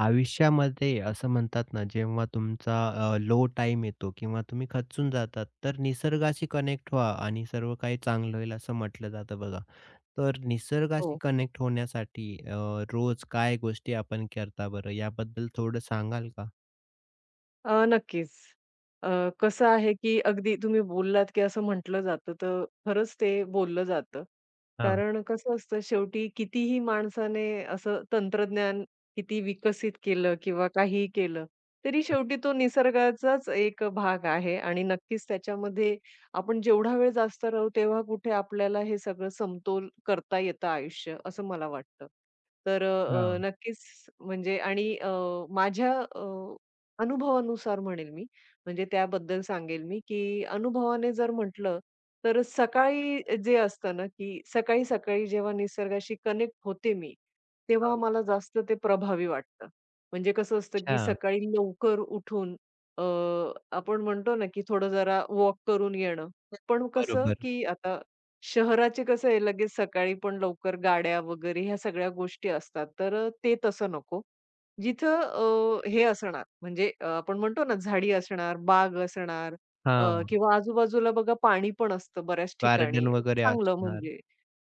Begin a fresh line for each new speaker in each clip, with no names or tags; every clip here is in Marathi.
आयुष्यामध्ये असं म्हणतात ना, जेव्हा तुमचा लो टाइम येतो किंवा तुम्ही खचून जातात, तर निसर्गाशी कनेक्ट व्हा आणि सर्व काही चांगलं होईल असं म्हटलं जातं बघा. तर निसर्गाशी
हो.
कनेक्ट होण्यासाठी रोज काय गोष्टी आपण करता बरं? याबद्दल थोडं सांगाल का?
नक्कीच. अ, कसं आहे, की अगदी तुम्ही बोललात, की असं म्हटलं जातं, तर खरंच ते बोललं जातं.
हां,
कारण कसं असतं, शेवटी कितीही माणसाने असं तंत्रज्ञान किती विकसित केलं किंवा काहीही केलं, तरी शेवटी तो निसर्गाचाच एक भाग आहे आणि नक्कीच त्याच्यामध्ये आपण जेवढा वेळ जास्त राहू, तेव्हा कुठे आपल्याला हे सगळं समतोल करता येतं आयुष्य, असं मला वाटतं. तर
हां.
नक्कीच म्हणजे आणि माझ्या अनुभवानुसार म्हणेल मी. म्हणजे त्याबद्दल सांगेल मी, की अनुभवाने जर म्हटलं, तर सकाळी जे असतं ना, की सकाळी-सकाळी जेव्हा निसर्गाशी कनेक्ट होते मी, तेव्हा मला जास्त ते प्रभावी वाटतं. म्हणजे कसं असतं, की
अच्छा.
सकाळी लवकर उठून अ, आपण म्हणतो ना, की थोडं जरा वॉक करून येणं. पण कसं,
बरोबर.
की आता शहराचे कसं आहे लगेच सकाळी पण लवकर गाड्या वगैरे ह्या सगळ्या गोष्टी असतात. तर ते तसं नको. जिथं हे असणार म्हणजे आपण म्हणतो ना झाडी असणार, बाग असणार
हां.
किंवा आजूबाजूला बघा पाणी पण असतं बऱ्याच
गार्डन
ठिकाणी.
वगैरे
चांगलं
असणार.
म्हणजे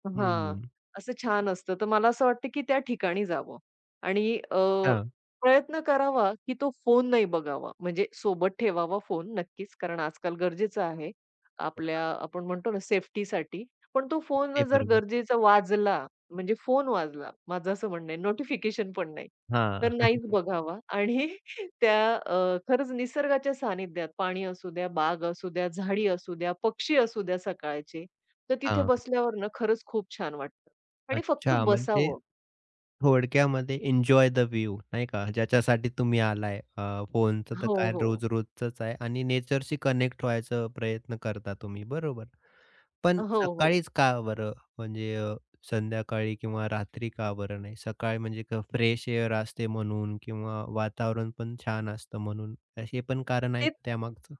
हां,
हं.
असं छान असतं. तर मला असं वाटतं की त्या ठिकाणी जावं आणि
हां.
प्रयत्न करावा की तो फोन नाही बघावा. म्हणजे सोबत ठेवावा फोन नक्कीच, कारण आजकाल गरजेचं आहे.
हो ना.
आपल्या आपण म्हणतो ना सेफ्टीसाठी. पण तो फोन
ते
जर
बरोबर.
गरजेचा वाजला, म्हणजे फोन वाजला माझं असं म्हणणं आहे, नोटिफिकेशन पण नाही.
हां.
तर नाहीच बघावा आणि त्या खरंच निसर्गाच्या सानिध्यात पाणी असू द्या, बाग असू द्या, झाडी असू द्या, पक्षी असू द्या सकाळचे, तर तिथे
हां.
बसल्यावर ना खरंच खूप छान वाटतं आणि फक्त
अच्छा म्हणजे
बसावं.
थोडक्यामध्ये एन्जॉय द व्ह्यू नाही का, ज्याच्यासाठी तुम्ही आलाय. फोनचं तर
हो,
काय
हो.
रोज-रोजचंच आहे आणि नेचरशी कनेक्ट व्हायचा प्रयत्न करता तुम्ही, बरोबर. पण
हो, हो.
सकाळीच का बरं? म्हणजे संध्याकाळी किंवा रात्री का बरं नाही? सकाळी म्हणजे फ्रेश एअर असते म्हणून किंवा वातावरण पण छान असतं म्हणून, हे पण कारण आहे का त्यामागचं?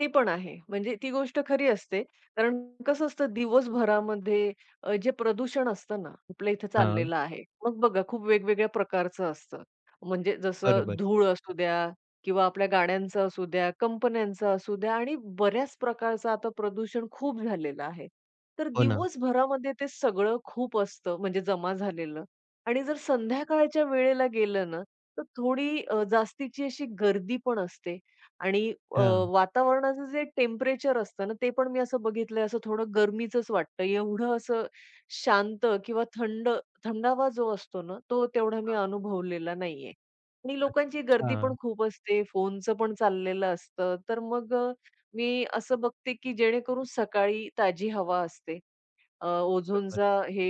ते पण आहे. म्हणजे ती गोष्ट खरी असते. कारण कसं असतं दिवसभरामध्ये जे प्रदूषण असतं ना, आपल्या इथं
हां,
चाललेलं आहे. मग बघा खूप वेगवेगळ्या प्रकारचं असतं. म्हणजे जसं
बरोबर.
धूळ असू द्या किंवा आपल्या गाड्यांचं असू द्या, कंपन्यांचं असू द्या आणि बऱ्याच प्रकारचं आता प्रदूषण खूप झालेलं आहे. तर
हो ना.
दिवसभरामध्ये ते सगळं खूप असतं म्हणजे जमा झालेलं आणि जर संध्याकाळच्या वेळेला गेलं ना, तर थोडी जास्तीची अशी गर्दी पण असते आणि अ,
हां,
वातावरणाचं जे टेम्परेचर असतं ना, ते पण मी असं बघितलंय, असं थोडं गरमीचंच वाटतं. एवढं असं शांत किंवा थंड थंडावा जो असतो ना, तो तेवढा मी अनुभवलेला नाहीये. आणि लोकांची
अच्छा.
गर्दी पण खूप असते, फोनचं पण चाललेलं असतं. तर मग मी असं बघते, की जेणेकरून सकाळी ताजी हवा असते
बरोबर.
ओझोनचा हे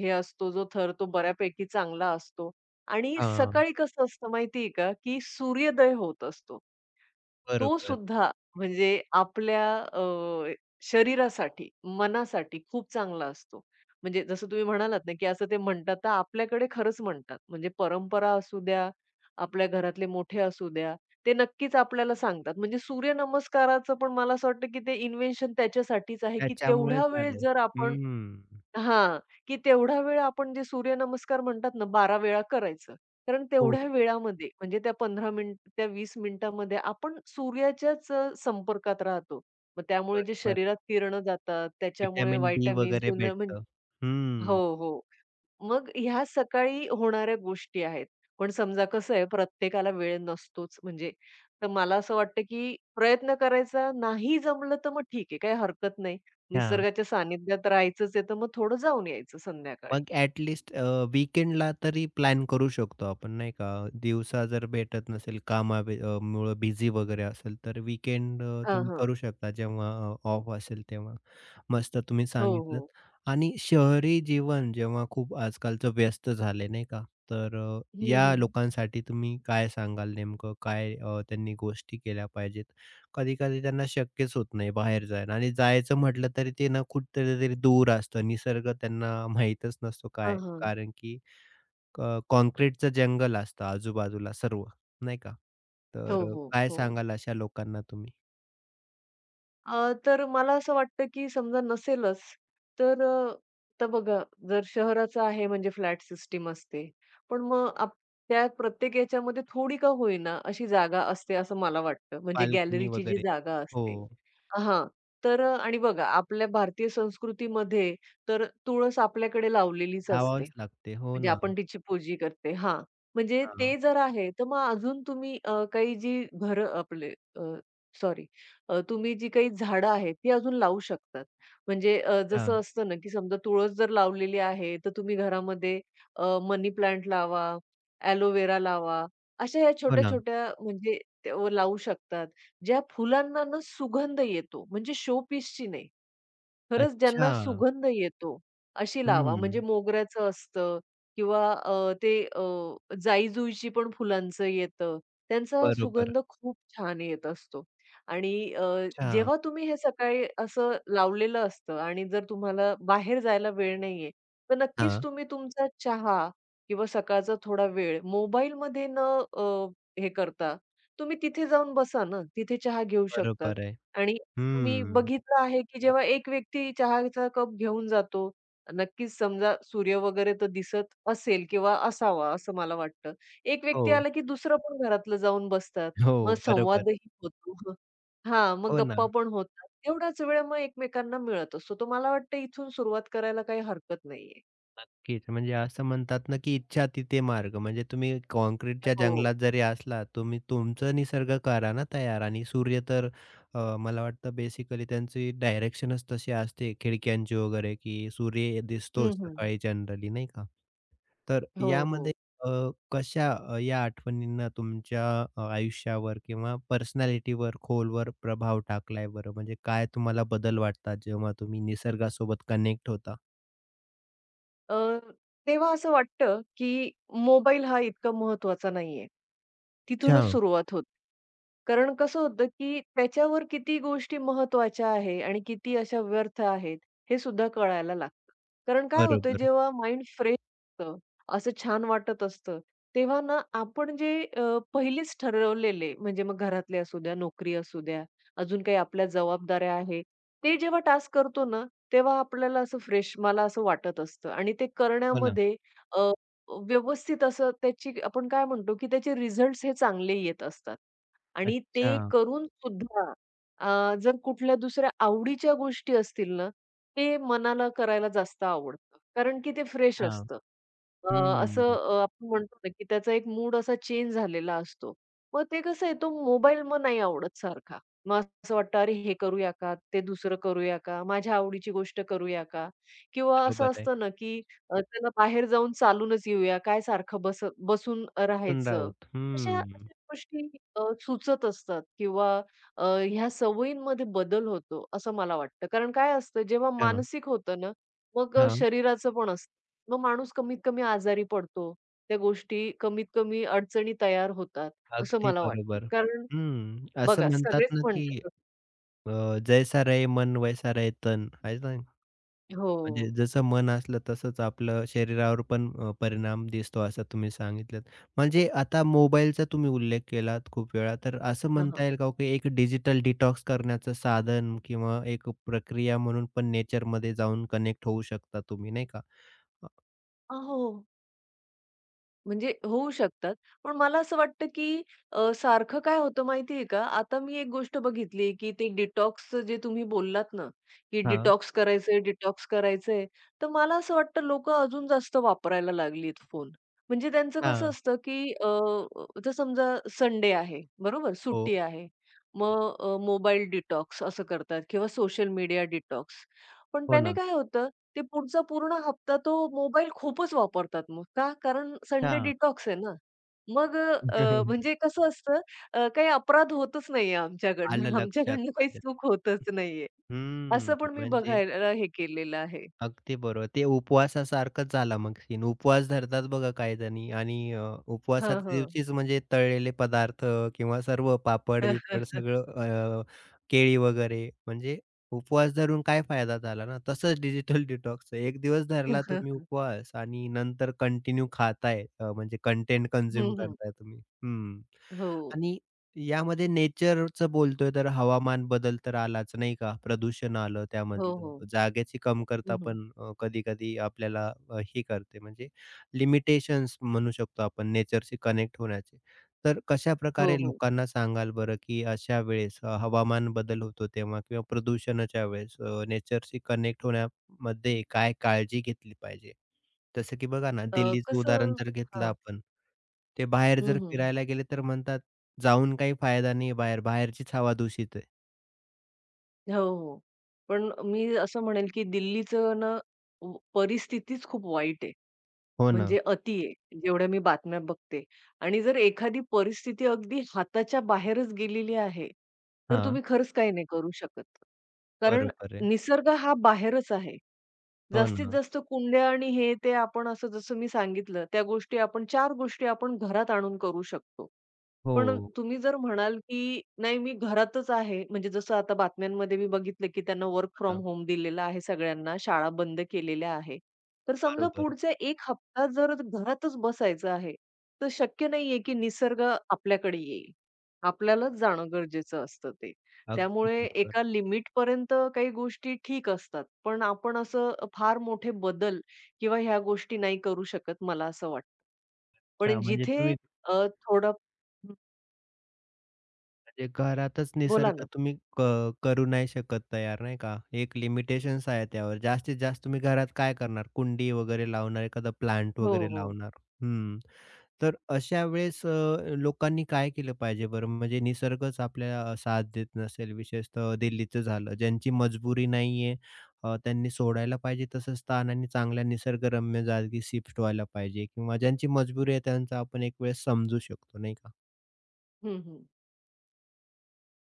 हे असतो जो थर तो बऱ्यापैकी चांगला असतो आणि
हां,
सकाळी कसं असतं माहिती आहे का, की सूर्योदय होत असतो. तो
बरोबर.
सुद्धा म्हणजे आपल्या अ, शरीरासाठी, मनासाठी खूप चांगला असतो. म्हणजे जसं तुम्ही म्हणालात ना, की असं ते म्हणतात तर आपल्याकडे खरंच म्हणतात. म्हणजे परंपरा असू द्या, आपल्या घरातले मोठे असू द्या, ते नक्कीच आपल्याला सांगतात. म्हणजे सूर्यनमस्काराचं पण मला असं वाटतं, की ते इन्व्हेन्शन त्याच्यासाठीच आहे, की तेवढा
त्याच्यामुळेच
वेळ
आले.
जर आपण
हं,
हां, की तेवढा वेळ आपण जे सूर्यनमस्कार म्हणतात ना 12 वेळा करायचं. कारण
हो,
तेवढ्या वेळामध्ये म्हणजे त्या 15 मिनिट त्या 20 मिनिटामध्ये आपण सूर्याच्याच संपर्कात राहतो. मग त्यामुळे जे
बरोबर.
शरीरात किरणं जातात, त्याच्यामुळे
व्हिटॅमिन डी
व्हिटॅमिन्स
वगैरे
पुन्हा
भेटतं.
हो,
हं.
हो. मग ह्या सकाळी होणाऱ्या गोष्टी आहेत. पण समजा कसं आहे प्रत्येकाला वेळ नसतोच म्हणजे. तर मला असं वाटतं, की प्रयत्न करायचा नाही जमलं तर मग ठीक आहे काही हरकत नाही.
हां.
निसर्गाच्या सानिध्यात राहायचंच आहे तर मग थोडं जाऊन यायचं संध्याकाळी.
मग ॲट लिस्ट वीकेंडला तरी प्लॅन करू शकतो आपण नाही का? दिवसा जर भेटत नसेल कामा बी मुळे बिझी वगैरे असेल, तर वीकेंड तुम्ही
हं.
करू शकता जेव्हा ऑफ असेल तेव्हा. मस्त तुम्ही
हो,
सांगितलंत.
हो.
आणि शहरी जीवन जेव्हा खूप आजकालचं व्यस्त झाले नाही का? तर
हं,
या
हं.
लोकांसाठी तुम्ही काय सांगाल नेमकं? काय त्यांनी गोष्टी केल्या पाहिजेत? कधी-कधी त्यांना शक्यच होत नाही बाहेर जायला आणि जायचं म्हटलं तरी ते ना कुठेतरी दूर असतं. निसर्ग त्यांना माहीतच नसतो
अ,
काय? कारण की क काँक्रीटचं जंगल असतं आजूबाजूला सर्व, नाही का?
हो,
तर
हो,
काय
हो.
सांगाल अशा लोकांना तुम्ही?
तर मला असं वाटतं, की समजा नसेलच, तर आता बघा जर शहराचं आहे म्हणजे फ्लॅट सिस्टीम असते. पण मग त्या प्रत्येक याच्यामध्ये थोडी का होईना अशी जागा असते असं मला वाटतं. म्हणजे
बाल्कनी
गॅलरीची जी
वगैरे?
जागा
हो,
असते हां. तर आणि बघा आपल्या भारतीय संस्कृतीमध्ये तर तुळस आपल्याकडे लावलेलीच असते.
धावावंच लागते. हो
म्हणजे
ना.
आपण तिची पूजा करते. हां. म्हणजे
हां,
ते जर आहे, तर मग अजून तुम्ही काही जी घरं आपले अ, सॉरी तुम्ही जी काही झाडं आहेत, ती अजून लावू शकतात. म्हणजे
अच्छा.
जसं असतं ना, की समजा तुळस जर लावलेली आहे, तर तुम्ही घरामध्ये मनी प्लांट लावा, एलोवेरा लावा. अशा या
हो ना.
छोट्या-छोट्या म्हणजे त्या लावू शकतात. ज्या फुलांना ना सुगंध येतो, म्हणजे शो पीसची नाही. खरंच ज्यांना
अच्छा.
सुगंध येतो, अशी लावा.
हं,
म्हणजे मोगऱ्याचं असतं किंवा ते जाई पण फुलांचं येतं. त्यांचा
बरोबर.
सुगंध खूप छान येत असतो आणि
अच्छा.
जेव्हा तुम्ही हे सकाळी असं लावलेलं असतं आणि जर तुम्हाला बाहेर जायला वेळ नाहीये, तर नक्कीच
हां,
तुम्ही तुमचा चहा किंवा सकाळचा थोडा वेळ मोबाईलमध्ये अ, हे करता, तुम्ही तिथे जाऊन बसा ना, तिथे चहा घेऊ शकतात
बरोबर आहे.
आणि मी
हं.
बघितलं आहे, की जेव्हा एक व्यक्ती चहाचा कप घेऊन जातो, नक्कीच समजा सूर्य वगैरे तर दिसत असेल किंवा असावा असं मला वाटतं. एक व्यक्ती
हो,
आला, की दुसरं पण घरातलं जाऊन बसतात. मग
हो, बरोबर.
संवादही होतो. हां, मग
हो ना.
गप्पा पण होतात. तेवढाच वेळ मग एकमेकांना मिळत असतो. तर मला वाटतं इथून सुरुवात करायला काही हरकत नाहीये.
नक्कीच. म्हणजे असं म्हणतात ना, की इच्छा तिथे मार्ग. म्हणजे तुम्ही काँक्रीटच्या
हो.
जंगलात जरी असला, तुम्ही तुमचं निसर्ग करा ना तयार आणि सूर्य तर मला वाटतं बेसिकली त्यांची डायरेक्शनच तशी असते खिडक्यांची वगैरे, की सूर्य
हं,
दिसतोच
हं.
सकाळी जनरली नाही का? तर
हो, हो.
यामध्ये अ, कशा या आठवणींना तुमच्या आयुष्यावर किंवा पर्सनॅलिटीवर खोलवर प्रभाव टाकलाय बरं? म्हणजे काय तुम्हाला बदल वाटतात जेव्हा तुम्ही निसर्गासोबत कनेक्ट होता?
अ, तेव्हा असं वाटतं, की मोबाईल हा इतका महत्त्वाचा नाहीये.
अच्छा.
तिथूनच सुरुवात होते. कारण कसं होतं, की त्याच्यावर किती गोष्टी महत्त्वाच्या आहे आणि किती अशा व्यर्थ आहेत, हे सुद्धा कळायला लागतं. कारण काय होतं,
बरोबर.
जेव्हा माइंड फ्रेश असतं, असं छान वाटत असतं, तेव्हा ना आपण जे पहिलेच ठरवलेले म्हणजे मग घरातले असू द्या, नोकरी असू द्या, अजून काही आपल्या जबाबदाऱ्या आहेत, ते जेव्हा टास्क करतो ना, तेव्हा आपल्याला असं फ्रेश मला असं वाटत असतं आणि ते
हो ना.
करण्यामध्ये अ, व्यवस्थित असं त्याची आपण काय म्हणतो, की त्याचे रिझल्ट्स हे चांगले येत असतात. आणि ते
अच्छा,
करून सुद्धा जर कुठल्या दुसऱ्या आवडीच्या गोष्टी असतील ना, ते मनाला करायला जास्त आवडतं. कारण की ते फ्रेश
हां.
असतं. अ, असं
हं,
आपण म्हणतो ना, की त्याचा एक मूड असा चेंज झालेला असतो. मग ते कसं आहे तो मोबाईल मग नाही आवडत सारखा. मग असं वाटतं, "अरे हे करूया का? ते दुसरं करूया का? माझ्या आवडीची गोष्ट करूया का?" किंवा असं
बरोबर आहे.
असतं ना, की "चला बाहेर जाऊन चालूनच येऊया. काय सारखं बसून
मिथुन
राहायचं?"
राऊत.
अशा अशा
हं.
गोष्टी सुचत असतात किंवा ह्या सवयींमध्ये बदल होतो, असं मला वाटतं. कारण काय असतं, जेव्हा
हां,
मानसिक होतं ना, मग
हां.
शरीराचं पण असतं. मग माणूस कमीत कमी आजारी पडतो. त्या गोष्टी कमीत कमी अडचणी तयार होतात, असं
अगदी
मला वाटतं.
बरोबर.
कारण
हं, असं
बघा,
म्हणतात
सगळेच
ना, की
म्हणतात
अ, जैसा रहे मन वैसा रहे तन आहे ना?
हो.
म्हणजे जसं मन असलं तसंच आपलं शरीरावर पण परिणाम दिसतो असं तुम्ही सांगितलंत. म्हणजे आता मोबाईलचा तुम्ही उल्लेख केलात खूप वेळा, तर असं
हां,
म्हणता
हां.
येईल का हो, की एक डिजिटल डिटॉक्स करण्याचं साधन किंवा एक प्रक्रिया म्हणून पण नेचरमध्ये जाऊन कनेक्ट होऊ शकता तुम्ही नाही का? अ,
हो. म्हणजे होऊ शकतात. पण मला असं वाटतं, की सारखं काय होतं माहितीये का? आता मी एक गोष्ट बघितली, की ते डिटॉक्सचं जे तुम्ही बोललात ना, की
हां.
डिटॉक्स करायचंय, डिटॉक्स करायचंय. तर मला असं वाटतं लोकं अजून जास्त वापरायला लागलीत फोन. म्हणजे त्यांचं कसं
हां.
असतं, की आता समजा संडे आहे, बरोबर?
हो.
सुट्टी आहे.
हं.
मग मोबाईल डिटॉक्स असं करतात किंवा सोशल मीडिया डिटॉक्स. पण
हो
त्याने
ना.
काय होतं ते पुढचा पूर्ण हप्ता तो मोबाईल खूपच वापरतात मग. का? कारण संडे
अच्छा.
डिटॉक्स आहे ना. मग म्हणजे कसं असतं काही अपराध होतच नाहीये आमच्याकडनं.
आलं लक्षात
आमच्याकडनं काही
माझ्या.
चूक होतच नाहीये. असं
हम्म.
पण मी
म्हणजे
बघायला हे केलेलं आहे.
अगदी बरोबर. ते उपवासासारखंच झाला मग सीन. उपवास धरतात बघा काही जणी आणि
हां,
उपवासाच्या
हां.
दिवशीच म्हणजे तळलेले पदार्थ किंवा सर्व पापड-बिपड सगळं अ, केळी वगैरे म्हणजे उपवास धरून काय फायदा झाला ना? तसंच डिजिटल डिटॉक्स एक दिवस
हं,
धरला तुम्ही
हं.
उपवास आणि नंतर कंटिन्यू खाताय म्हणजे कंटेंट कन्झ्युम करताय तुम्ही. हं.
हो.
आणि यामध्ये नेचरचं बोलतोय तर हवामान बदल तर आलाच नाही का? प्रदूषण आलं
हो,
त्यामधलं.
हो.
जागेची कमतरता
हं, हं.
पण कधी-कधी आपल्याला हे करते म्हणजे लिमिटेशन्स म्हणू शकतो आपण नेचरशी कनेक्ट होण्याचे. तर
हो,
कशाप्रकारे
हो.
लोकांना सांगाल बरं, की अशा वेळेस हवामान बदल होतो तेव्हा किंवा प्रदूषणाच्या वेळेस नेचरशी कनेक्ट होण्यामध्ये काय काळजी घेतली पाहिजे? जसं की बघा ना,
अ,
दिल्लीचं
कसं
उदाहरण जर घेतलं
हां.
आपण, ते बाहेर
हं,
जर
हं.
फिरायला गेले तर म्हणतात जाऊन काही फायदा नाही बाहेर, बाहेरचीच हवा दूषित आहे.
हो, हो. पण मी असं म्हणेल की दिल्लीचं ना व परिस्थितीच खूप वाईट आहे.
हो ना.
म्हणजे अति आहे, जेवढ्या मी बातम्या बघते आणि जर एखादी परिस्थिती अगदी हाताच्या बाहेरच गेलेली आहे, तर
हां,
तुम्ही खरंच काही नाही करू शकत. कारण
बरोबर आहे.
निसर्ग हा बाहेरच आहे.
हो
जास्तीत
ना.
जास्त कुंड्या आणि हे ते आपण असं जसं मी सांगितलं, त्या गोष्टी आपण 4 गोष्टी आपण घरात आणून करू शकतो. पण
हो,
तुम्ही जर म्हणाल, की नाही मी घरातच आहे, म्हणजे जसं आता बातम्यांमध्ये मी बघितलं, की त्यांना वर्क
हो
फ्रॉम
ना.
होम दिलेलं आहे सगळ्यांना, शाळा बंद केलेल्या आहे. तर समजा
बरोबर.
पुढचा एक हप्ता जर घरातच बसायचं आहे, तर शक्य नाहीये की निसर्ग आपल्याकडे येईल. आपल्यालाच जाणं गरजेचं असतं ते.
अगदी
त्यामुळे
बरोबर.
एका लिमिटपर्यंत काही गोष्टी ठीक असतात. पण आपण असं फार मोठे बदल किंवा ह्या गोष्टी नाही करू शकत मला असं वाटतं.
अच्छा
पण
म्हणजे
जिथे
तुम्ही
अ, थोडं हं,
म्हणजे घरातच
बोला
निसर्ग
ना.
तुम्ही करू नाही शकत तयार नाही का? एक लिमिटेशन्स आहे त्यावर. जास्तीत जास्त तुम्ही घरात काय करणार? कुंडी वगैरे लावणार, एखादा प्लांट
हो,
वगैरे
हो.
लावणार. हं. तर अशा वेळेस लोकांनी काय केलं पाहिजे बरं? म्हणजे निसर्गच आपल्याला साथ देत नसेल, विशेषतः दिल्लीचं झालं. ज्यांची मजबुरी नाहीये त्यांनी सोडायला पाहिजे तसं स्थान आणि चांगल्या निसर्गरम्य जागी शिफ्ट व्हायला पाहिजे किंवा ज्यांची मजबुरी आहे त्यांचा आपण एक वेळेस समजू शकतो नाही का?
हं, हं.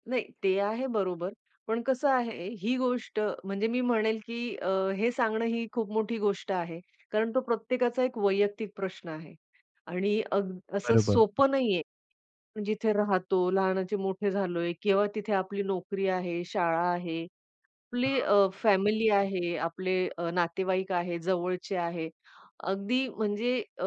नाही, ते आहे बरोबर. पण कसं आहे, ही गोष्ट म्हणजे मी म्हणेल, की हे सांगणं ही खूप मोठी गोष्ट आहे. कारण तो प्रत्येकाचा एक वैयक्तिक प्रश्न आहे. आणि अग असं
बरोबर.
सोपं नाहीये. आपण जिथे राहतो, लहानाचे मोठे झालोय किंवा तिथे आपली नोकरी आहे, शाळा आहे आपले
हां,
फॅमिली आहे, आपले नातेवाईक आहे, जवळचे आहे. अगदी म्हणजे अ,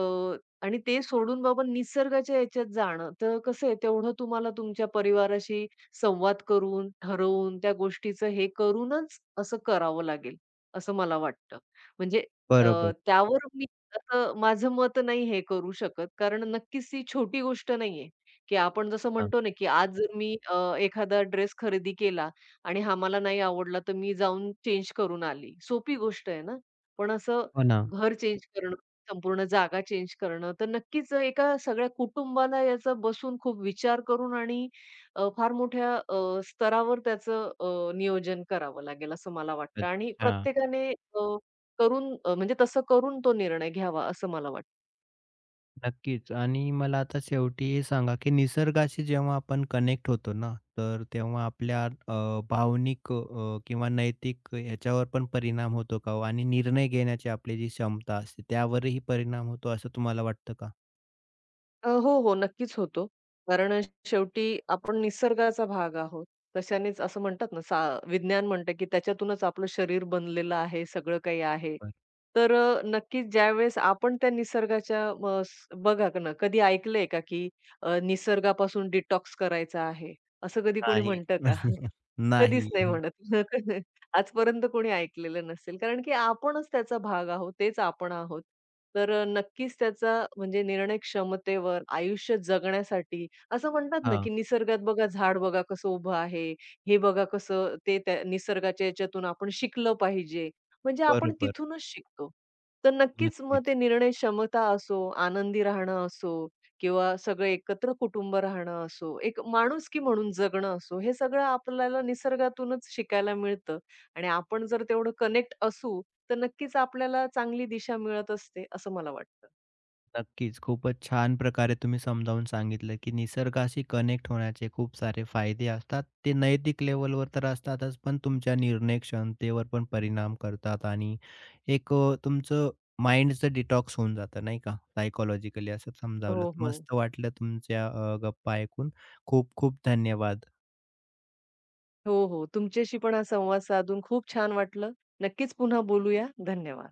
आणि ते सोडून बाबा निसर्गाच्या याच्यात जाणं, तर कसं आहे तेवढं तुम्हाला तुमच्या परिवाराशी संवाद करून, ठरवून, त्या गोष्टीचं हे करूनच असं करावं लागेल, असं मला वाटतं. म्हणजे अ,
बरोबर.
त्यावर मी असं माझं मत नाही हे करू शकत, कारण नक्कीच ही छोटी गोष्ट नाहीये, की आपण जसं
हां,
म्हणतो ना, की आज जर मी एखादा ड्रेस खरेदी केला, आणि हा मला नाही आवडला, तर मी जाऊन चेंज करून आली. सोपी गोष्ट आहे ना. पण असं
हो ना.
घर चेंज करणं, संपूर्ण जागा चेंज करणं, तर नक्कीच एका सगळ्या कुटुंबाला याचा बसून खूप विचार करून आणि फार मोठ्या स्तरावर त्याचं नियोजन करावं लागेल असं मला वाटतं आणि
अच्छा.
प्रत्येकाने अ, म्हणजे तसं करून तो निर्णय घ्यावा असं मला वाटतं.
नक्कीच आणि मला आता शेवटी हे सांगा, की निसर्गाशी जेव्हा आपण कनेक्ट होतो ना, तर तेव्हा आपल्या भावनिक किंवा नैतिक याच्यावर पण परिणाम होतो का हो? आणि निर्णय घेण्याची आपली जी क्षमता असते, त्यावरही परिणाम होतो असं तुम्हाला वाटतं का?
हो, हो. नक्कीच होतो. कारण शेवटी आपण निसर्गाचा भाग आहोत. तशानेच असं म्हणतात ना, विज्ञान म्हणतं, की त्याच्यातूनच आपलं शरीर बनलेलं आहे, सगळं काही आहे.
नाही.
तर नक्कीच ज्यावेळेस आपण त्या निसर्गाच्या म स बघा ना, कधी ऐकलंय का, की निसर्गापासून डिटॉक्स करायचा आहे, असं कधी कोणी
नाही.
म्हणतं का?
नाही.
कधीच नाही म्हणत. आजपर्यंत कोणी ऐकलेलं नसेल. कारण की आपणच त्याचा भाग आहोत, तेच आपण आहोत. तर नक्कीच त्याचा म्हणजे निर्णय क्षमतेवर, आयुष्य जगण्यासाठी असं म्हणतात ना,
हां,
की निसर्गात बघा झाड बघा कसं उभं आहे, हे बघा कसं ते त्या निसर्गाच्या याच्यातून आपण शिकलं पाहिजे. म्हणजे आपण
बरोबर.
तिथूनच शिकतो. तर नक्कीच मग ते
नक्कीच.
निर्णय क्षमता असो, आनंदी राहणं असो किंवा सगळं एकत्र कुटुंब राहणं असो, एक माणुसकी म्हणून जगणं असो, हे सगळं आपल्याला निसर्गातूनच शिकायला मिळतं आणि आपण जर तेवढं कनेक्ट असू, तर नक्कीच आपल्याला चांगली दिशा मिळत असते, असं मला वाटतं.
नक्कीच. खूपच छान प्रकारे तुम्ही समजावून सांगितलं, की निसर्गाशी कनेक्ट होण्याचे खूप सारे फायदे असतात. ते नैतिक लेव्हलवर तर असतातच, पण तुमच्या निर्णय क्षमतेवर पण परिणाम करतात आणि एक तुमचं माइंडचं डिटॉक्स होऊन जातं नाही का, सायकॉलॉजिकली असं समजावलं.
हो, हो.
मस्त वाटलं तुमच्या गप्पा ऐकून. खूप खूप धन्यवाद.
हो, हो. तुमच्याशी पण हा संवाद साधून खूप छान वाटलं. नक्कीच पुन्हा बोलूया. धन्यवाद.